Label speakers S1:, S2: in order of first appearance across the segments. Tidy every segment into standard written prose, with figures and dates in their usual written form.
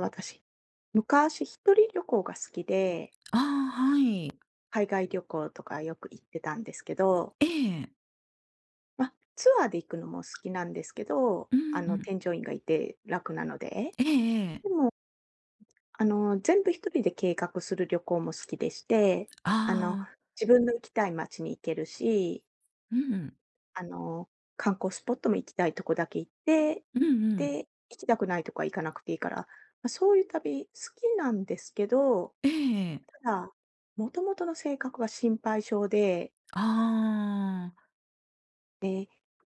S1: 私、昔一人旅行が好きで、
S2: ああ、はい。
S1: 海外旅行とかよく行ってたんですけど、
S2: ええ。
S1: まあ、ツアーで行くのも好きなんですけど、
S2: うんうん。
S1: 添乗員がいて楽なので。
S2: えええ
S1: で
S2: え。
S1: も、全部一人で計画する旅行も好きでして、あの、
S2: ああ、
S1: 自分の行きたい街に行けるし、
S2: うん。
S1: あの、観光スポットも行きたいとこだけ行って、
S2: うんうん。
S1: で、行きたくないとこは行かなくていいから、ま、そういう旅好きなんですけど、
S2: ええ
S1: じもともとの性格が心配性で、
S2: ああ。
S1: で、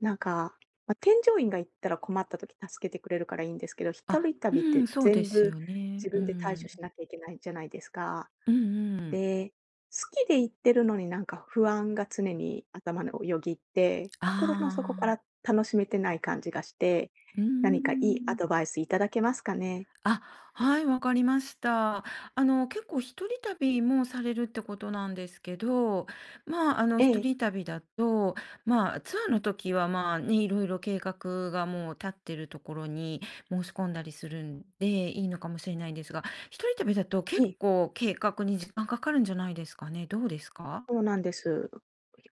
S1: なんか、まあ、添乗員が行ったら困った時助けてくれるからいいんですけど、一
S2: あ、
S1: 人
S2: う
S1: 旅っ
S2: ん、
S1: て
S2: そうで
S1: 全
S2: す
S1: 部
S2: よね。
S1: 自
S2: う
S1: 分で対処
S2: ん。
S1: しなきゃいけないじゃないですか。
S2: うんうん。
S1: で、好きで行ってるのになんか不安が常に頭のよぎって、心の底か
S2: あ
S1: ら
S2: あ。
S1: 楽しめてない感じがして、
S2: うー
S1: 何かいいア
S2: ん。
S1: ドバイスいただけますかね？
S2: あ、はい、わかりました。結構一人旅もされるってことなんですけど、まあ、
S1: え
S2: 一
S1: え、
S2: 人旅だと、まあ、ツアーの時は、まあね、いろいろ計画がもう立ってるところに申し込んだりするんでいいのかもしれないんですが、一人旅だと
S1: え
S2: 結
S1: え。
S2: 構計画に時間かかるんじゃないですかね。どうですか？
S1: そうなんです。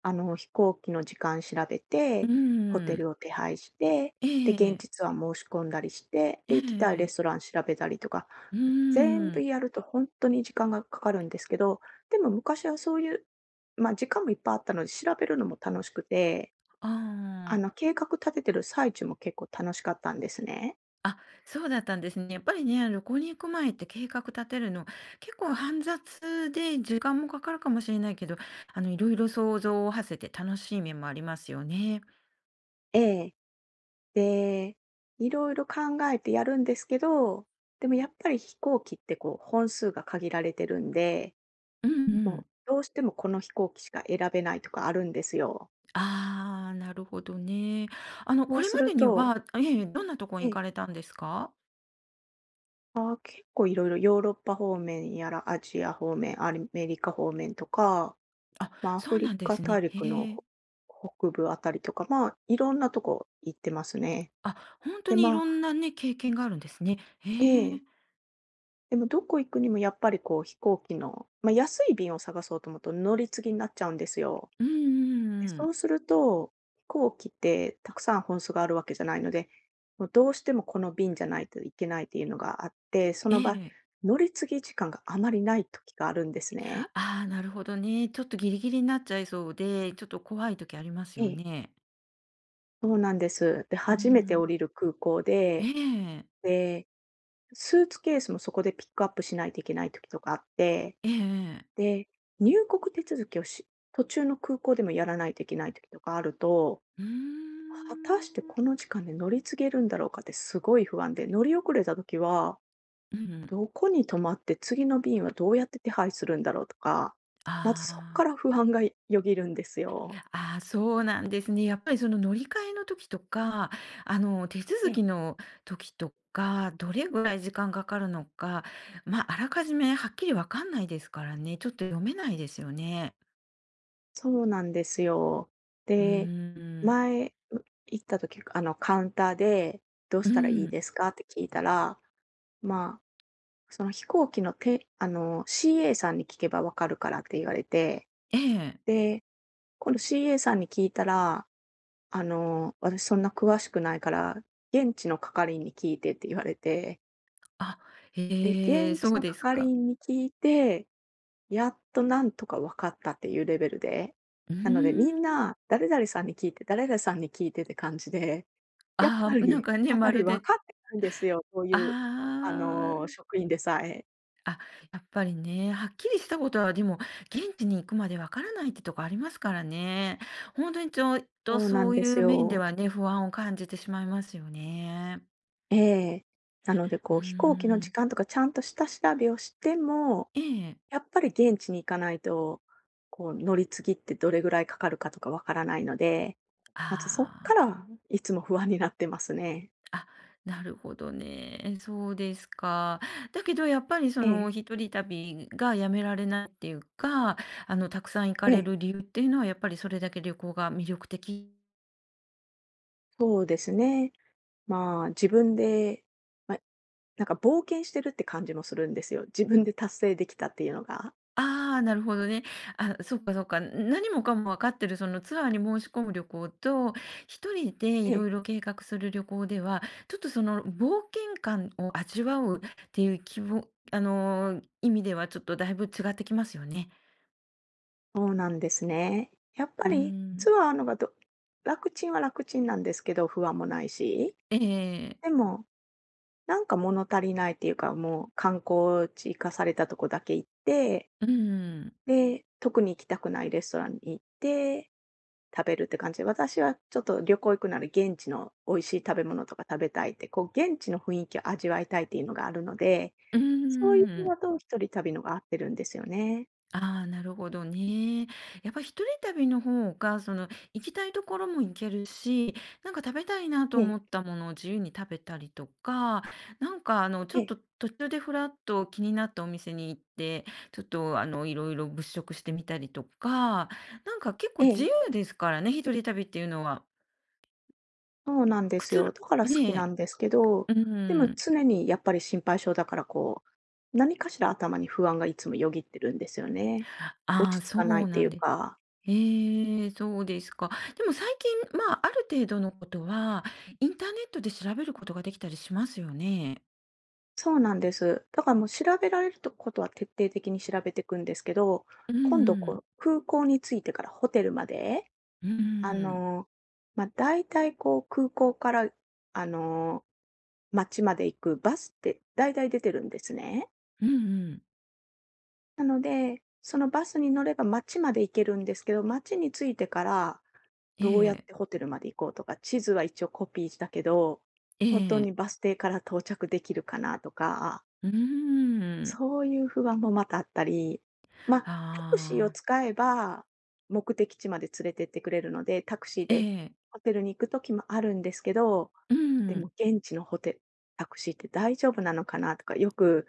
S1: 飛行機の時間調べ
S2: う
S1: て、ホ
S2: ー
S1: テ
S2: ん。
S1: ルを手配して、
S2: え
S1: で、現
S2: え、
S1: 地ツアー申し込んだりして、
S2: え
S1: で、行きたいレ
S2: え、
S1: ストラン調べたりとか、
S2: う
S1: 全部
S2: ん。
S1: やると本当に時間がかかるんですけど、でも昔はそういう、ま、時間もいっぱいあったので、調べるのも楽しくて、
S2: ああ。
S1: 計画立ててる最中も結構楽しかったんですね。
S2: あ、そうだったんですね。やっぱりね、旅行に行く前って計画立てるの、結構煩雑で時間もかかるかもしれないけど、いろいろ想像を馳せて楽しい面もありますよね。
S1: ええ。で、いろいろ考えてやるんですけど、でもやっぱり飛行機ってこう本数が限られてるんで
S2: うんう
S1: も
S2: ん。
S1: う、どうしてもこの飛行機しか選べないとかあるんですよ。
S2: ああ、なるほどね。
S1: そ
S2: こ
S1: う
S2: れ
S1: す
S2: ま
S1: る
S2: でに
S1: と、
S2: は、どんなとこ
S1: え
S2: に行
S1: え、
S2: かれたんですか？
S1: 結構いろいろヨーロッパ方面やら、アジア方面、アメリカ方面とか、
S2: あ、
S1: まあ、ア
S2: そ
S1: フ
S2: うな
S1: リ
S2: んで
S1: カ
S2: す
S1: 大
S2: ね。
S1: 陸の
S2: へえ。
S1: 北部あたりとか、まあ、いろんなとこ行ってますね。
S2: あ、本当
S1: で、
S2: にい
S1: ま
S2: ろん
S1: あ、
S2: なね、経験があるんですね。へ
S1: え
S2: え。
S1: え、でもどこ行くにもやっぱりこう飛行機の、まあ、安い便を探そうと思うと乗り継ぎになっちゃうんですよ。
S2: うんうん
S1: で、
S2: う
S1: そ
S2: ん。
S1: うすると、飛行機ってたくさん本数があるわけじゃないので、もうどうしてもこの便じゃないといけないっていうのがあって、そ
S2: え
S1: の場合、
S2: え。
S1: 乗り継ぎ時間があまりない時があるんですね。
S2: ああ、なるほどね。ちょっとギリギリになっちゃいそうで、ちょっと怖い時あります
S1: え
S2: よ
S1: え。
S2: ね。
S1: そうなんです。で、
S2: う
S1: 初めて
S2: ん。
S1: 降りる空港
S2: え
S1: で、
S2: え。
S1: で、スーツケースもそこでピックアップしないといけない時とかあって、
S2: ええええ
S1: で、入国手続きを途中の空港でもやらないといけない時とかあると、
S2: うー
S1: 果たしてこ
S2: ん。
S1: の時間で乗り継げるんだろうかってすごい不安で、乗り遅れた時は、
S2: うん。
S1: どこに泊まって次の便はどうやって手配するんだろうとか、
S2: あ
S1: まずそこか
S2: あ。
S1: ら不安がよぎるんですよ。
S2: ああ、そうなんですね。やっぱりその乗り換えの時とか、手
S1: え
S2: 続
S1: え。
S2: きの時とか、どれぐらい時間かかるのか、まあ、あらかじめはっきりわかんないですからね、ちょっと読めないですよね。
S1: そうなんですよ。
S2: うー
S1: で、
S2: ん。
S1: 前、行った時、あの、カウンターで、どう
S2: う
S1: したらいい
S2: ん。
S1: ですかって聞いたら、まあ、その飛行機のてあの、CA さんに聞けばわかるからって言われて、
S2: ええ。
S1: で、今度 CA さんに聞いたら、私そんな詳しくないから、現地の係員に聞いてって言われて、
S2: あ、
S1: で、
S2: へえ、
S1: 現
S2: そ
S1: 地
S2: う
S1: の
S2: です
S1: 係
S2: か。
S1: 員に聞いて、やっとなんとか分かったっていうレベルで、
S2: うー
S1: なのでみん
S2: ん。
S1: な、誰々さんに聞いて、誰々さんに聞いてって感じで、やっぱ
S2: ああ、なん
S1: り、
S2: かね、
S1: あ
S2: ま
S1: まり
S2: る
S1: 分
S2: で
S1: かってないんですよ、そういう、
S2: あ
S1: 職員でさえ。
S2: あ、あ、やっぱりね、はっきりしたことはでも、現地に行くまでわからないってとこありますからね。ほんとにちょっ
S1: そ
S2: と
S1: うな
S2: そ
S1: ん
S2: う
S1: で
S2: い
S1: す
S2: う面で
S1: よ。
S2: はね、不安を感じてしまいますよね。
S1: ええ。なので
S2: う
S1: こう飛行機の
S2: ー
S1: 時
S2: ん。
S1: 間とかちゃんと下調べをしても、
S2: ええ。
S1: やっぱり現地に行かないと、こう乗り継ぎってどれぐらいかかるかとかわからないので、まずそっか
S2: ああ。
S1: らいつも不安になってますね。
S2: あ、なるほどね。そうですか。だけどやっぱりそ
S1: え
S2: の
S1: え、
S2: 一人旅がやめられないっていうか、あのたくさん行か
S1: え
S2: れ
S1: え、
S2: る理由っていうのはやっぱりそれだけ旅行が魅力的。
S1: そうですね。まあ自分で、まあ、なんか冒険してるって感じもするんですよ。自分で達成できたっていうのが。
S2: ああ、なるほどね。あ、そうかそうか。何もかも分かってるそのツアーに申し込む旅行と、一人でい
S1: ええ、
S2: ろいろ計画する旅行では、ちょっとその冒険感を味わうっていう希望、意味ではちょっとだいぶ違ってきますよね。
S1: そうなんですね。やっぱ
S2: う
S1: り
S2: ん。
S1: ツアーのが楽ちんは楽ちんなんですけど、不安もないし、
S2: ええ
S1: でも、なんか物足りないっていうか、もう観光地行かされたとこだけ行って、
S2: うーん、
S1: で、特に行きたくないレストランに行って、食べるって感じで、私はちょっと旅行行くなら現地の美味しい食べ物とか食べたいって、こう現地の雰囲気を味わいたいっていうのがあるので、
S2: う
S1: そういう
S2: ー
S1: の
S2: ん。
S1: だと一人旅のが合ってるんですよね。
S2: ああ、なるほどね。やっぱ一人旅の方が、行きたいところも行けるし、なんか食べたいなと
S1: ええ、
S2: 思ったものを自由に食べたりとか、なんか、ちょ
S1: え
S2: っ
S1: え、
S2: と途中でふらっと気になったお店に行って、ちょっと、いろいろ物色してみたりとか、なんか結構
S1: え
S2: 自
S1: え、
S2: 由ですからね、一人旅っていうのは。
S1: そうなんで
S2: く
S1: す
S2: つ
S1: よ。
S2: ろ
S1: だから好きな
S2: ね
S1: んですけど、
S2: え、う
S1: で
S2: ー
S1: も
S2: ん。
S1: 常にやっぱり心配性だからこう、何かしら頭に不安がいつもよぎってるんですよね。
S2: あ
S1: 落
S2: あ、
S1: ち着
S2: そ
S1: かないっ
S2: う
S1: て
S2: な
S1: い
S2: ん
S1: う
S2: です
S1: か。
S2: ええ、そうですか。でも最近、まあ、ある程度のことは、インターネットで調べることができたりしますよね。
S1: そうなんです。だからもう調べられるとことは徹底的に調べていくんですけど、
S2: うん
S1: 今度
S2: う
S1: こ
S2: ん。
S1: う、空港に着いてからホテルまで、
S2: うん
S1: あ
S2: うん。
S1: の、まあ、だいたいこう空港から、あの、街まで行くバスってだいたい出てるんですね。
S2: うんうん。
S1: なので、そのバスに乗れば街まで行けるんですけど、街に着いてから
S2: え
S1: どうやっ
S2: え。
S1: てホテルまで行こうとか、地図は一応コピーしたけど、
S2: え
S1: 本当に
S2: え。
S1: バス停から到着できるかなとか、
S2: うーん。
S1: そういう不安もまたあったり、まあ、タクシーを
S2: ああ。
S1: 使えば、目的地まで連れてってくれるので、タクシー
S2: え
S1: で
S2: え。
S1: ホテルに行くときもあるんですけど、
S2: う
S1: でも
S2: ん。
S1: 現地のホテルタクシーって大丈夫なのかなとか、よく、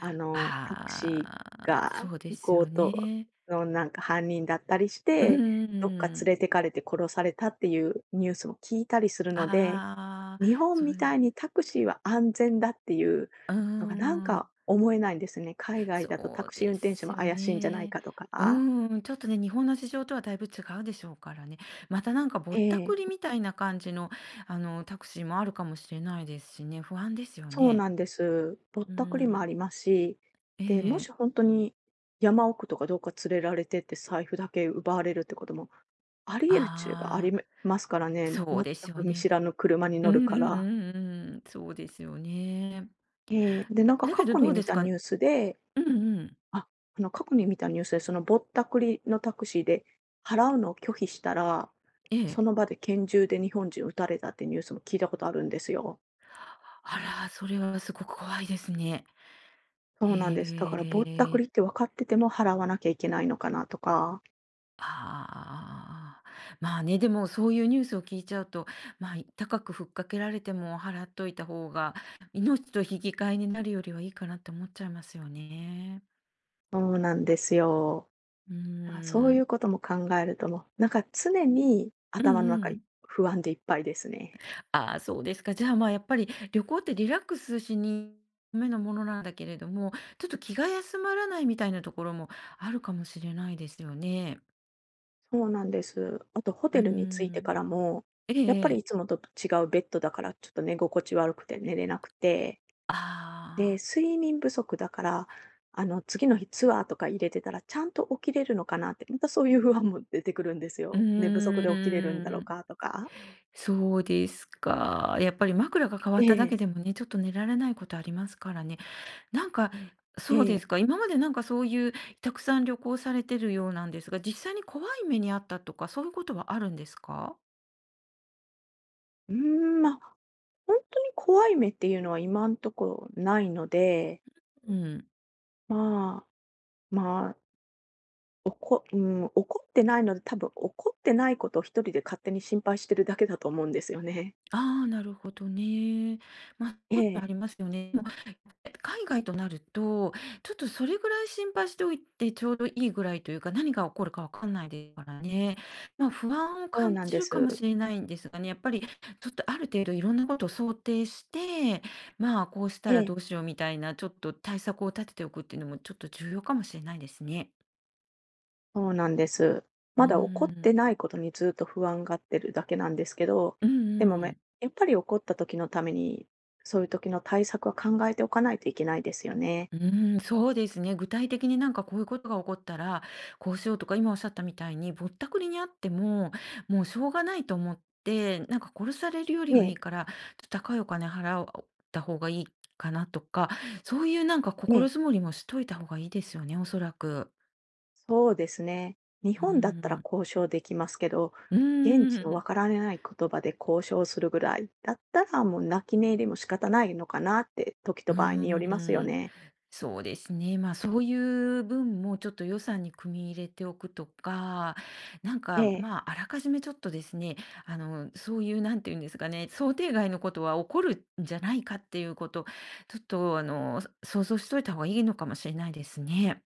S1: タクシー
S2: ああ、
S1: が
S2: そうですよ
S1: 強盗
S2: ね。
S1: のなんか犯人だったりし
S2: う
S1: て、どっか
S2: ん。
S1: 連れてかれて殺されたっていうニュースも聞いたりするので、
S2: ああ、
S1: 日本
S2: そう。
S1: みたいにタクシーは安全だっていう
S2: うー
S1: のがなん
S2: ん。
S1: か思えないんですね。海外
S2: そ
S1: だとタ
S2: う
S1: クシー
S2: で
S1: 運転手も
S2: すよ
S1: 怪しいんじゃない
S2: ね。
S1: かと
S2: う
S1: か。
S2: ーん、ちょっとね、日本の事情とはだいぶ違うでしょうからね。またなんかぼっ
S1: え
S2: たくり
S1: え、
S2: みたいな感じの、タクシーもあるかもしれないですしね、不安ですよ
S1: そう
S2: ね。
S1: なんです。ぼっ
S2: う
S1: たくりもあ
S2: ん。
S1: りますし、
S2: え
S1: で、もし
S2: え。
S1: 本当に山奥とかどうか連れられてって財布だけ奪われるってこともあり得るっちゅえばあ
S2: あ
S1: り
S2: あ、
S1: ますからね。
S2: そう
S1: 全
S2: ですよ
S1: く見
S2: ね。
S1: 知らぬ車に
S2: う
S1: 乗る
S2: んう
S1: か
S2: んうん
S1: ら。
S2: うんうん、そうですよね。
S1: ええ、で、
S2: だ
S1: なんか
S2: だけどどうですか？うんうん。
S1: あ、過去に見たニュースで、そのぼったくりのタクシーで払うのを拒否したら、
S2: ええ。
S1: その場で拳銃で日本人撃たれたってニュースも聞いたことあるんですよ。
S2: あら、それはすごく怖いですね。
S1: そうなんです。だ
S2: へ
S1: からぼったく
S2: え。
S1: りって分かってても払わなきゃいけないのかなとか、
S2: ああ、まあね、でもそういうニュースを聞いちゃうと、まあ、高くふっかけられても払っといた方が、命と引き換えになるよりはいいかなって思っちゃいますよね。
S1: そうなんですよ。
S2: うー
S1: だからそうい
S2: ん。
S1: うことも考えると、もうなんか常に
S2: うん
S1: 頭の
S2: う
S1: 中
S2: ん。
S1: 不安でいっぱいですね。
S2: ああ、そうですか。じゃあ、まあ、やっぱり旅行ってリラックスしにためのものなんだけれども、ちょっと気が休まらないみたいなところもあるかもしれないですよね。
S1: そうなんです。あとホ
S2: う
S1: テ
S2: ー
S1: ルに着いて
S2: ん。
S1: からも、
S2: ええ
S1: やっ
S2: え
S1: ぱり
S2: え。
S1: いつもと違うベッドだからちょっと寝心地悪くて寝れなくて、で、
S2: ああ。
S1: 睡眠不足だから、次の日ツアーとか入れてたら、ちゃんと起きれるのかなって、またそういう不安も出てくるんです
S2: う
S1: よ。寝不足で起きれるんだろ
S2: ー
S1: う
S2: ん。
S1: かとか。
S2: そうですか。やっぱり枕が変わ
S1: え
S2: っただ
S1: え、
S2: けでもね、ちょっと寝られないことありますからね。なんか、
S1: え
S2: そうで
S1: え。
S2: すか、今までなんかそういうたくさん旅行されてるようなんですが、実際に怖い目に遭ったとか、そういうことはあるんですか？
S1: うーん、まあ、ほんとに怖い目っていうのは今んとこないので、
S2: うん。
S1: まあ、まあ、おこうん、怒ってないので、多分怒ってないことを一人で勝手に心配してるだけだと思うんですよね。
S2: ああ、なるほどね。まあ、そ
S1: え
S2: ういうことあ
S1: え、
S2: りますよね。海外となると、ちょっとそれぐらい心配しておいてちょうどいいぐらいというか、何が起こるかわかんないですからね。まあ、不安を
S1: そう
S2: 感
S1: なん
S2: じ
S1: で
S2: るかも
S1: す。
S2: しれないんですがね、やっぱりちょっとある程度いろんなことを想定して、まあ、こうした
S1: え
S2: らど
S1: え。
S2: うしようみたいな、ちょっと対策を立てておくっていうのもちょっと重要かもしれないですね。
S1: そうなんです。
S2: う
S1: まだ起こ
S2: ー
S1: っ
S2: ん。
S1: てないことにずっと不安がってるだけなんですけど、
S2: うん
S1: でも
S2: うん。
S1: やっぱり起こった時のために、そういう時の対策は考えておかないといけないですよね。
S2: うーん、そうですね。具体的になんかこういうことが起こったら、こうしようとか、今おっしゃったみたいに、ぼったくりにあっても、もうしょうがないと思って、なんか殺されるより
S1: ね、
S2: はい
S1: え、
S2: いから、ちょっと高いお金払った方がいいかなとか、そういうなんか
S1: ね
S2: 心づ
S1: え、
S2: もりもしといた方がいいですよね、おそらく。
S1: そうですね。日
S2: う
S1: 本だったら
S2: ーん。
S1: 交渉できますけど、
S2: うー
S1: 現地のわ
S2: ん。
S1: からない言葉で交渉するぐらいだったら、もう泣き寝入りも仕方ないのかなって、時と
S2: う
S1: 場合によりますよ
S2: ーん。
S1: ね。
S2: そうですね。まあ、そういう分もちょっと予算に組み入れておくとか、なん
S1: え
S2: か、
S1: え、
S2: まあ、あらかじめちょっとですね、そういう、なんていうんですかね、想定外のことは起こるんじゃないかっていうこと、ちょっと、想像しといた方がいいのかもしれないですね。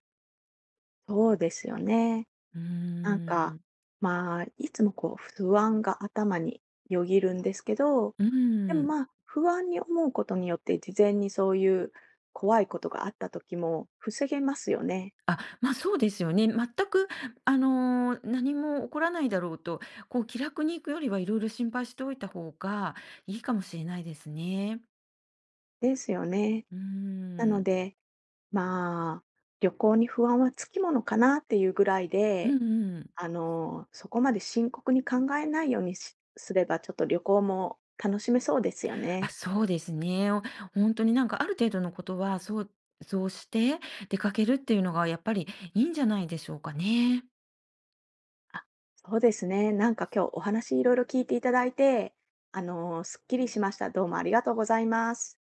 S1: そうですよね。
S2: うー
S1: なんか、
S2: ん。
S1: まあ、いつもこう不安が頭によぎるんですけど、
S2: う
S1: でも
S2: ーん。
S1: まあ、不安に思うことによって、事前にそういう怖いことがあった時も防げますよね。
S2: あ、まあそうですよね。全く、何も起こらないだろうと、こう気楽に行くよりはいろいろ心配しておいた方がいいかもしれないですね。
S1: ですよね。
S2: うー
S1: なの
S2: ん。
S1: で、まあ、旅行に不安はつきものかなっていうぐらい
S2: うん
S1: で、
S2: うん。
S1: そこまで深刻に考えないようにしすれば、ちょっと旅行も楽しめそうですよ
S2: あ、
S1: ね。
S2: そうですね。おほんとになんかある程度のことは、そうそうして出かけるっていうのがやっぱりいいんじゃないでしょうかね。
S1: あ、そうですね。なんか今日お話いろいろ聞いていただいて、すっきりしました。どうもありがとうございます。